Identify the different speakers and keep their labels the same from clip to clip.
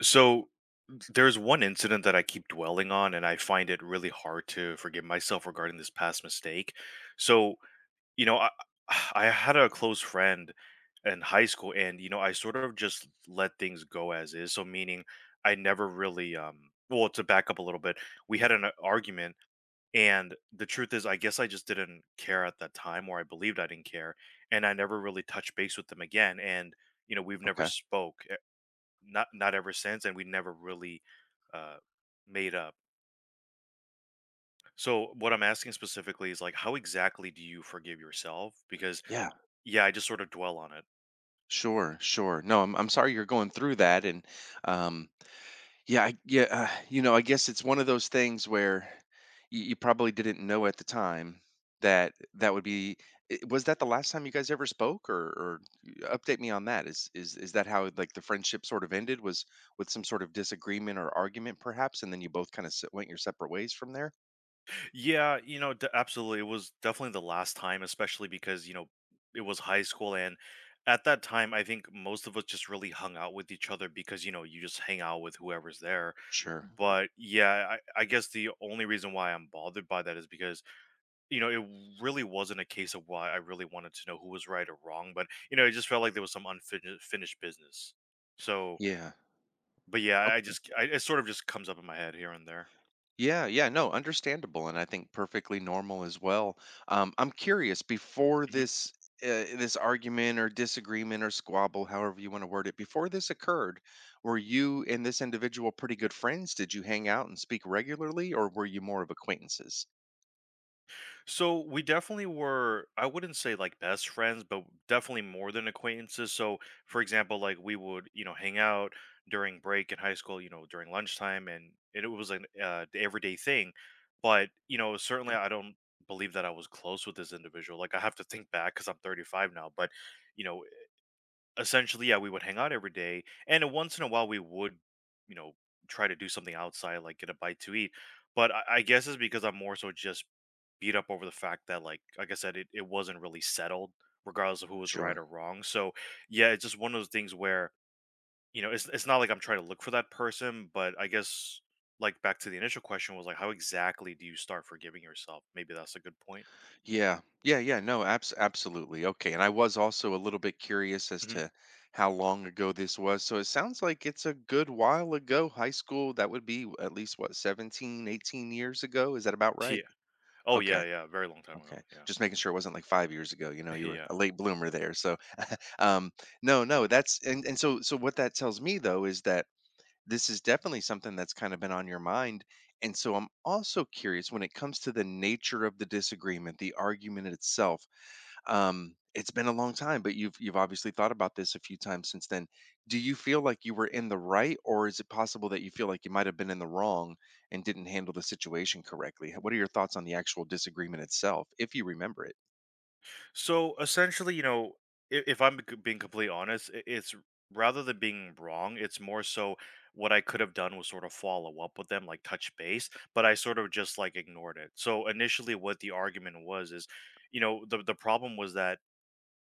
Speaker 1: So there's one incident that I keep dwelling on, and I find it really hard to forgive myself regarding this past mistake. So, you know, I, I had a close friend in high school, and, I sort of just let things go as is. So, meaning I never really, well, to back up a little bit, we had an argument, and the truth is, I guess I just didn't care at that time, or I believed I didn't care, and I never really touched base with them again. We've never
Speaker 2: Okay.
Speaker 1: spoke not ever since, and we never really uh, made up. So what I'm asking specifically is like, how exactly do you forgive yourself?
Speaker 2: Yeah.
Speaker 1: I just sort of dwell on it.
Speaker 2: Sure. Sure. No, I'm sorry you're going through that, and um, yeah, yeah. You know, I guess it's one of those things where you probably didn't know at the time that that would be. Was that the last time you guys ever spoke, or, update me on that? Is that how, like, the friendship sort of ended? Was with some sort of disagreement or argument, perhaps, and then you both kind of went your separate ways from there?
Speaker 1: Yeah, you know, absolutely. It was definitely the last time, especially because it was high school, and at that time, I think most of us just really hung out with each other because you just hang out with whoever's there.
Speaker 2: Sure.
Speaker 1: But yeah, I guess the only reason why I'm bothered by that is because it really wasn't a case of why I really wanted to know who was right or wrong, but it just felt like there was some unfinished finished business. So,
Speaker 2: Yeah.
Speaker 1: but yeah, it sort of just comes up in my head here and there.
Speaker 2: Yeah, yeah, no, understandable, and I think perfectly normal as well. I'm curious, before
Speaker 1: Mm-hmm.
Speaker 2: this argument or disagreement or squabble, however you want to word it, before this occurred, were you and this individual pretty good friends? Did you hang out and speak regularly, or were you more of acquaintances?
Speaker 1: So we definitely were, I wouldn't say like best friends, but definitely more than acquaintances. So, for example, like we would, hang out during break in high school, during lunchtime, and it was an everyday thing. But, certainly I don't believe that I was close with this individual. Like I have to think back because I'm 35 now, but, you know, essentially, yeah, we would hang out every day, and once in a while we would, you know, try to do something outside, like get a bite to eat. But I guess it's because I'm more so just beat up over the fact that, like I said, it wasn't really settled, regardless of who was right
Speaker 2: Sure.
Speaker 1: or wrong. So yeah, it's just one of those things where it's not like I'm trying to look for that person, but I guess like back to the initial question was like, how exactly do you start forgiving yourself? Maybe that's a good point.
Speaker 2: Yeah. Yeah, yeah, no, absolutely. Okay. And I was also a little bit curious as
Speaker 1: hmm
Speaker 2: to how long ago this was. So it sounds like it's a good while ago. High school, that would be at least what, 17, 18 years ago? Is that about right?
Speaker 1: Yeah. Oh yeah,
Speaker 2: Okay.
Speaker 1: yeah. Very long time ago.
Speaker 2: Okay.
Speaker 1: Yeah.
Speaker 2: Just making sure it wasn't, like, 5 years ago, you know, you were
Speaker 1: yeah.
Speaker 2: a late bloomer there. So, um no, no, that's and so so what that tells me though is that this is definitely something that's kind of been on your mind. And so I'm also curious when it comes to the nature of the disagreement, the argument itself. It's been a long time, but you've obviously thought about this a few times since then. Do you feel like you were in the right, or is it possible that you feel like you might have been in the wrong and didn't handle the situation correctly? What are your thoughts on the actual disagreement itself, if you remember it?
Speaker 1: So essentially, if I'm being completely honest, it's rather than being wrong, it's more so what I could have done was sort of follow up with them, like touch base, but I sort of just like ignored it. So initially, what the argument was is, the problem was that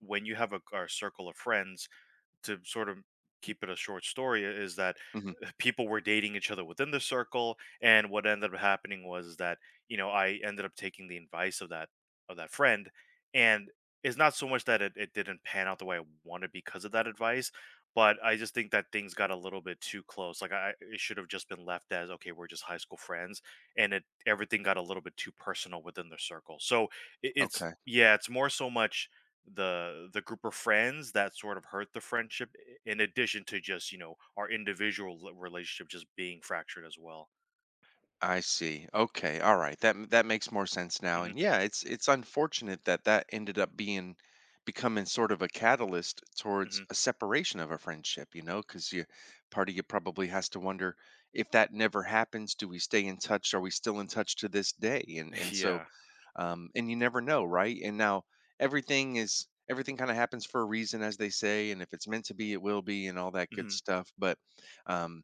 Speaker 1: when you have a circle of friends to sort of keep it a short story is that
Speaker 2: Hmm.
Speaker 1: people were dating each other within the circle, and what ended up happening was that I ended up taking the advice of that friend, and it's not so much that it didn't pan out the way I wanted because of that advice, but I just think that things got a little bit too close, like I it should have just been left as, okay, we're just high school friends, and it everything got a little bit too personal within the circle. So it's
Speaker 2: Okay.
Speaker 1: yeah, it's more so much the group of friends that sort of hurt the friendship, in addition to just our individual relationship just being fractured as well.
Speaker 2: I see. Okay. All right. That makes more sense now.
Speaker 1: hmm
Speaker 2: And yeah, it's unfortunate that that ended up being becoming sort of a catalyst towards
Speaker 1: hmm
Speaker 2: a separation of a friendship, you know, cuz you part of you probably has to wonder, if that never happens, do we stay in touch? Are we still in touch to this day? And and so,
Speaker 1: yeah
Speaker 2: and you never know, right? And now everything kind of happens for a reason, as they say, and if it's meant to be, it will be, and all that good
Speaker 1: hmm
Speaker 2: stuff. But um,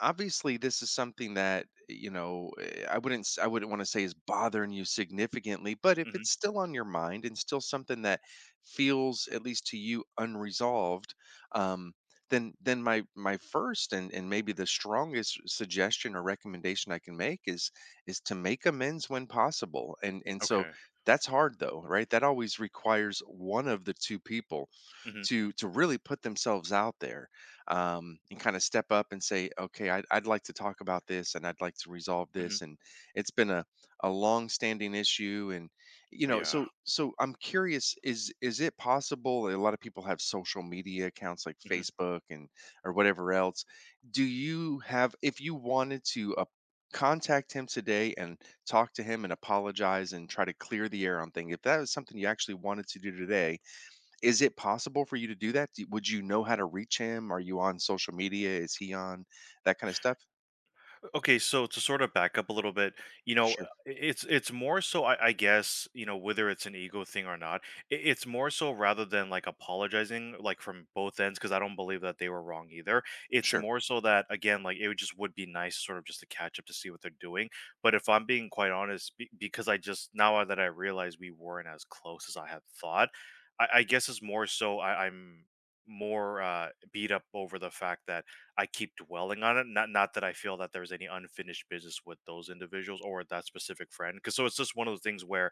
Speaker 2: obviously, this is something that, you know, I wouldn't s- I wouldn't want to say is bothering you significantly, but if
Speaker 1: hmm
Speaker 2: it's still on your mind and still something that feels, at least to you, unresolved. Um, then my first and maybe the strongest suggestion or recommendation I can make is to make amends when possible. And so,
Speaker 1: okay
Speaker 2: that's hard though, right? That always requires one of the two people
Speaker 1: hmm
Speaker 2: to really put themselves out there, and kind of step up and say, okay, I'd like to talk about this, and I'd like to resolve
Speaker 1: hmm
Speaker 2: this. And it's been a long standing issue, and, you know,
Speaker 1: yeah
Speaker 2: so I'm curious, is it possible? A lot of people have social media accounts like
Speaker 1: Mm-hmm.
Speaker 2: Facebook and or whatever else. Do you have If you wanted to contact him today and talk to him and apologize and try to clear the air on thing, if that was something you actually wanted to do today, is it possible for you to do that? Do would you know how to reach him? Are you on social media? Is he on that kinda stuff?
Speaker 1: Okay, so to sort of back up a little bit,
Speaker 2: Sure,
Speaker 1: it's more so I guess whether it's an ego thing or not. It's more so rather than like apologizing like from both ends, because I don't believe that they were wrong either. It's
Speaker 2: sure.
Speaker 1: more so that again, like it would just would be nice sort of just to catch up to see what they're doing. But if I'm being quite honest, because I just now that I realize we weren't as close as I had thought, I guess it's more so I'm more beat up over the fact that I keep dwelling on it. Not that I feel that there's any unfinished business with those individuals or that specific friend. Cause so it's just one of those things where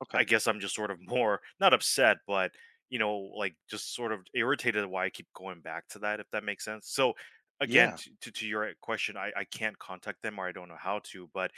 Speaker 2: Okay.
Speaker 1: I guess I'm just sort of more not upset, but like just sort of irritated why I keep going back to that, if that makes sense. So again,
Speaker 2: Yeah.
Speaker 1: to your question, I can't contact them or I don't know how to, but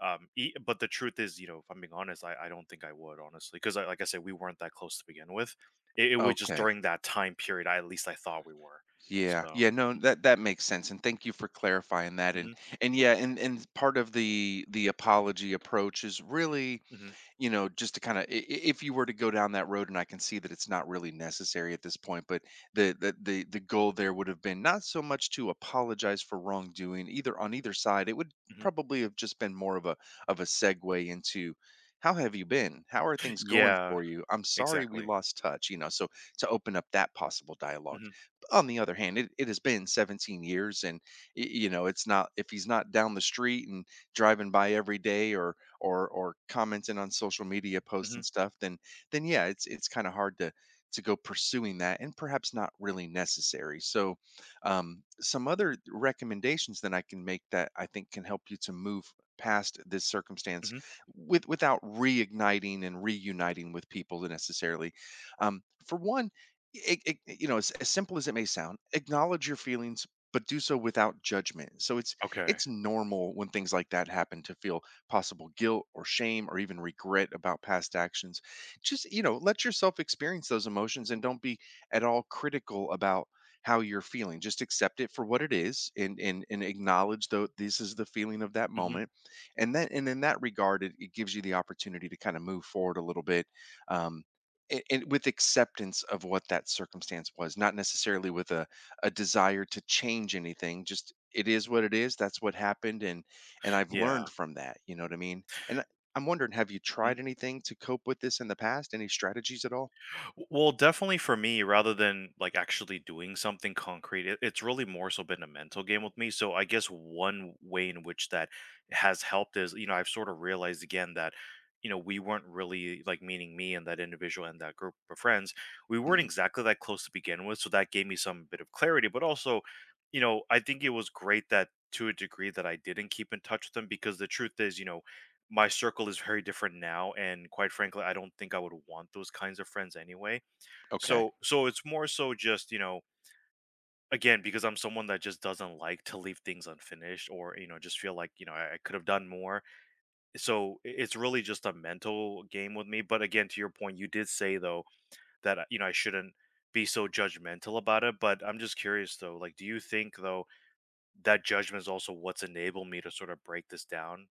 Speaker 1: but the truth is, if I'm being honest, I don't think I would honestly, because like I said, we weren't that close to begin with. It was just
Speaker 2: Okay.
Speaker 1: during that time period I at least I thought we were.
Speaker 2: Yeah.
Speaker 1: So
Speaker 2: Yeah, no, that makes sense, and thank you for clarifying that,
Speaker 1: mhm.
Speaker 2: and yeah, and part of the apology approach is really,
Speaker 1: Mhm,
Speaker 2: you know, just to kind of, if you were to go down that road, and I can see that it's not really necessary at this point, but the goal there would have been not so much to apologize for wrongdoing either on either side. It would
Speaker 1: mhm.
Speaker 2: probably have just been more of a segue into, how have you been? How are things going
Speaker 1: Yeah,
Speaker 2: for you? I'm sorry we
Speaker 1: exactly.
Speaker 2: lost touch, you know. So, to open up that possible dialogue.
Speaker 1: Mhm,
Speaker 2: On the other hand, it has been 17 years, and you know, it's not, if he's not down the street and driving by every day or or commenting on social media posts
Speaker 1: mhm,
Speaker 2: and stuff, then yeah, it's kind of hard to go pursuing that and perhaps not really necessary. So, some other recommendations that I can make that I think can help you to move past this circumstance,
Speaker 1: mhm.
Speaker 2: without reigniting and reuniting with people necessarily. For one, you know, as simple as it may sound, acknowledge your feelings, but do so without judgment. So it's
Speaker 1: Okay.
Speaker 2: it's normal when things like that happen to feel possible guilt or shame or even regret about past actions. Just, you know, let yourself experience those emotions, and don't be at all critical about how you're feeling. Just accept it for what it is, and acknowledge though this is the feeling of that
Speaker 1: Mhm.
Speaker 2: moment. And in that regard, it gives you the opportunity to kind of move forward a little bit. Um, and with acceptance of what that circumstance was, not necessarily with a desire to change anything. Just it is what it is. That's what happened, and I've
Speaker 1: Yeah.
Speaker 2: learned from that, you know what I mean? And I'm wondering, have you
Speaker 1: Mhm.
Speaker 2: tried anything to cope with this in the past? Any strategies at all?
Speaker 1: Well, definitely for me, rather than like actually doing something concrete, it's really more so been a mental game with me. So I guess one way in which that has helped is, I've sort of realized again that, we weren't really like meaning me and that individual and that group of friends, we weren't
Speaker 2: Hmm.
Speaker 1: exactly that close to begin with. So that gave me some bit of clarity. But also, I think it was great that to a degree that I didn't keep in touch with them, because the truth is, my circle is very different now. And quite frankly, I don't think I would want those kinds of friends anyway.
Speaker 2: Okay,
Speaker 1: So it's more so just, again, because I'm someone that just doesn't like to leave things unfinished, or, just feel like, I could have done more. So it's really just a mental game with me. But again, to your point, you did say though that, I shouldn't be so judgmental about it. But I'm just curious though, like, do you think though that judgment is also what's enabled me to sort of break this down?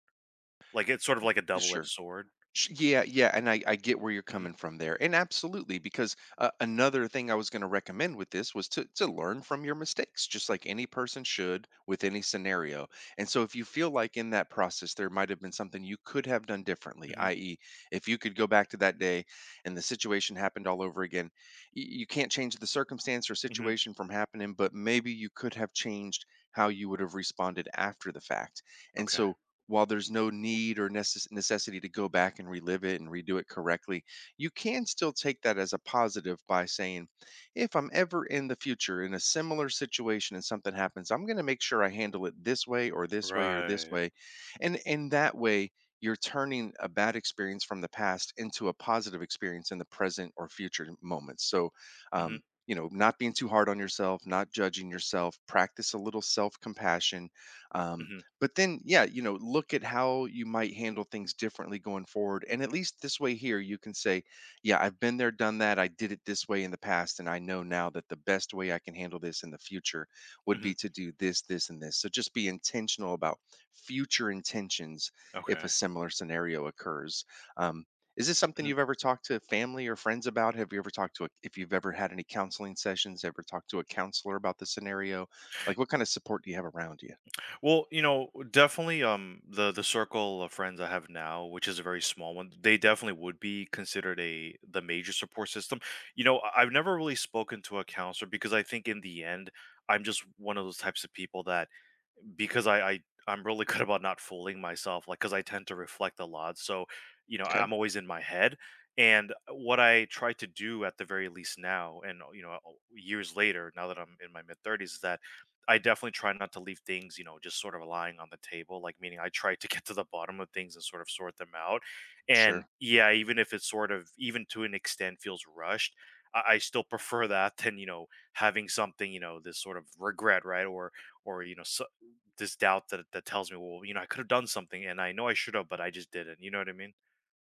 Speaker 1: Like it's sort of like a double edged
Speaker 2: sure.
Speaker 1: sword.
Speaker 2: Yeah, yeah, and I get where you're
Speaker 1: hmm
Speaker 2: coming from there, and absolutely, because another thing I was going to recommend with this was to learn from your mistakes, just like any person should with any scenario. And so, if you feel like in that process there might have been something you could have done differently,
Speaker 1: hmm
Speaker 2: i.e., if you could go back to that day and the situation happened all over again, you can't change the circumstance or
Speaker 1: hmm
Speaker 2: situation from happening, but maybe you could have changed how you would have responded after the fact. And
Speaker 1: Okay.
Speaker 2: so, while there's no need or necessity to go back and relive it and redo it correctly, you can still take that as a positive by saying, "If I'm ever in the future in a similar situation and something happens, I'm gonna make sure I handle it this way or this way or this
Speaker 1: Right.
Speaker 2: way." And in that way, you're turning a bad experience from the past into a positive experience in the present or future moments. So,
Speaker 1: hmm
Speaker 2: um, you know, not being too hard on yourself, not judging yourself, practice a little self-compassion, um,
Speaker 1: hmm
Speaker 2: but then, yeah, you know, look at how you might handle things differently going forward, and at least this way here you can say, yeah, I've been there, done that, I did it this way in the past, and I know now that the best way I can handle this in the future would be
Speaker 1: hmm
Speaker 2: to do this, this, and this. So just be intentional about future intentions if
Speaker 1: Okay.
Speaker 2: a similar scenario occurs. um, is this something
Speaker 1: Mm-hmm.
Speaker 2: you've ever talked to family or friends about? Have you ever talked to if you've ever had any counseling sessions, ever talked to a counselor about the scenario? Like, what kind of support do you have around you?
Speaker 1: Well, definitely the circle of friends I have now, which is a very small one, they definitely would be considered a the major support system. I've never really spoken to a counselor, because I think in the end I'm just one of those types of people that because I'm really good about not fooling myself, like because I tend to reflect a lot. So,
Speaker 2: Okay,
Speaker 1: I'm always in my head. And what I try to do at the very least now, and years later, now that I'm in my mid 30s, is that I definitely try not to leave things, just sort of lying on the table. Like meaning, I try to get to the bottom of things and sort of sort them out. And
Speaker 2: sure.
Speaker 1: yeah, even if it's sort of, even to an extent, feels rushed. I still prefer that than having something this sort of regret, right, or you know s this doubt that that tells me, well, I could have done something, and I know I should have, but I just didn't. You know what I mean?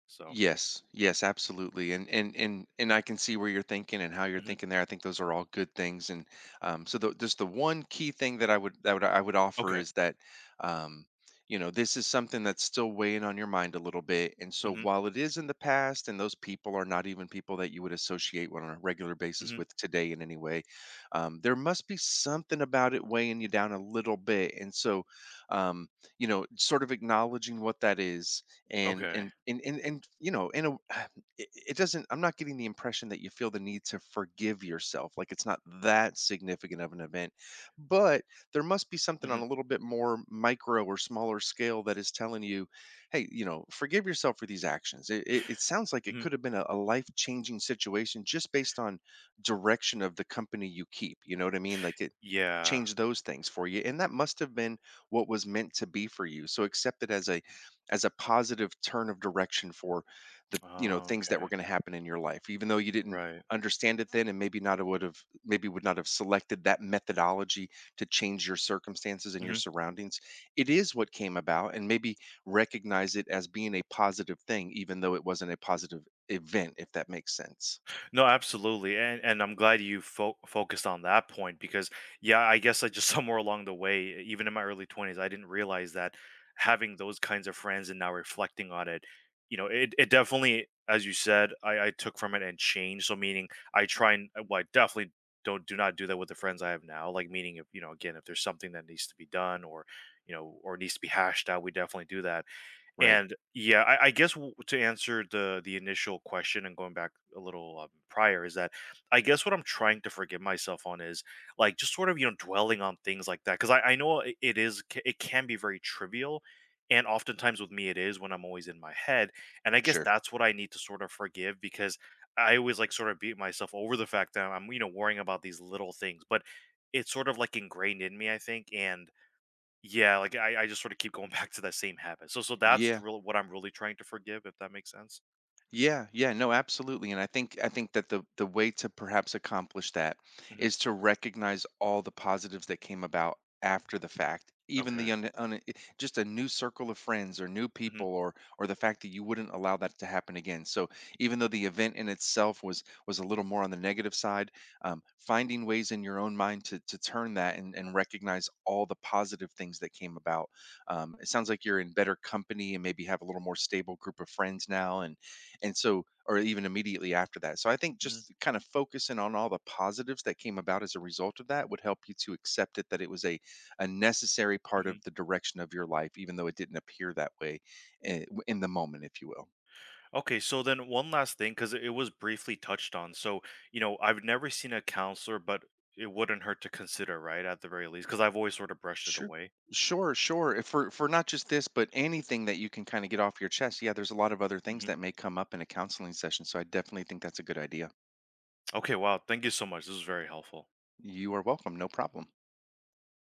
Speaker 1: So,
Speaker 2: Yes, yes, absolutely, and I can see where you're thinking and how you're
Speaker 1: hmm
Speaker 2: thinking there. I think those are all good things, and so, just the one key thing that I would offer
Speaker 1: okay,
Speaker 2: is that, um, you know, this is something that's still weighing on your mind a little bit, and so
Speaker 1: hmm
Speaker 2: while it is in the past, and those people are not even people that you would associate on a regular basis
Speaker 1: hmm
Speaker 2: with today in any way, there must be something about it weighing you down a little bit, and so, um, you know, sort of acknowledging what that is, and
Speaker 1: okay,
Speaker 2: and and and, and you know in a it doesn't, I'm not getting the impression that you feel the need to forgive yourself, like, it's not that significant of an event, but there must be something on
Speaker 1: hmm
Speaker 2: a little bit more micro or smaller scale that is telling you, hey, you know, forgive yourself for these actions. It sounds like it
Speaker 1: hmm
Speaker 2: could have been a life-changing situation, just based on direction of the company you keep, you know what I mean? Like, it
Speaker 1: yeah,
Speaker 2: changed those things for you, and that must have been what was meant to be for you, so accept it as a positive turn of direction for the, you know,
Speaker 1: oh,
Speaker 2: things that
Speaker 1: okay,
Speaker 2: were going to happen in your life, even though you didn't
Speaker 1: right.
Speaker 2: understand it then, and maybe would not have selected that methodology to change your circumstances and your
Speaker 1: hmm
Speaker 2: surroundings. It is what came about, and maybe recognize it as being a positive thing, even though it wasn't a positive event, if that makes sense.
Speaker 1: No, absolutely. And I'm glad you focused on that point, because yeah, I guess I just somewhere along the way, even in my early 20s, I didn't realize that having those kinds of friends and now reflecting on it, it definitely, as you said, I took from it and changed. So meaning I try and well, I definitely don't do not do that with the friends I have now. Like meaning if again, if there's something that needs to be done, or or needs to be hashed out, we definitely do that.
Speaker 2: Right.
Speaker 1: And yeah, I guess to answer the initial question and going back a little prior is that I guess what I'm trying to forgive myself on is like just sort of dwelling on things like that, because I know it is it can be very trivial, and oftentimes with me it is when I'm always in my head, and I guess
Speaker 2: Sure.
Speaker 1: that's what I need to sort of forgive, because I always like sort of beat myself over the fact that I'm worrying about these little things, but it's sort of like ingrained in me I think, and yeah, like, I just sort of keep going back to that same habit. So that's
Speaker 2: Yeah.
Speaker 1: really what I'm really trying to forgive, if that makes sense?
Speaker 2: Yeah, yeah, no, absolutely. And I think that the way to perhaps accomplish that
Speaker 1: Mhm.
Speaker 2: is to recognize all the positives that came about after the fact, even
Speaker 1: Okay.
Speaker 2: the just a new circle of friends or new people,
Speaker 1: Mhm.
Speaker 2: or the fact that you wouldn't allow that to happen again. So even though the event in itself was a little more on the negative side, finding ways in your own mind to turn that, and recognize all the positive things that came about. It sounds like you're in better company and maybe have a little more stable group of friends now, and or even immediately after that, so I think
Speaker 1: Mhm.
Speaker 2: just kind of focusing on all the positives that came about as a result of that would help you to accept it, that it was a necessary part
Speaker 1: Mhm.
Speaker 2: of the direction of your life, even though it didn't appear that way, in the moment, if you will.
Speaker 1: Okay, so then one last thing, because it was briefly touched on. So, I've never seen a counselor, but it wouldn't hurt to consider, right, at the very least, because 'cause I've always sort of brushed it
Speaker 2: Sure,
Speaker 1: away.
Speaker 2: sure, sure. If, for not just this but anything that you can kind of get off your chest, yeah, there's a lot of other things
Speaker 1: Mhm.
Speaker 2: that may come up in a counseling session, so I definitely think that's a good idea.
Speaker 1: Okay, wow, thank you so much. This was very helpful.
Speaker 2: You are welcome, no problem.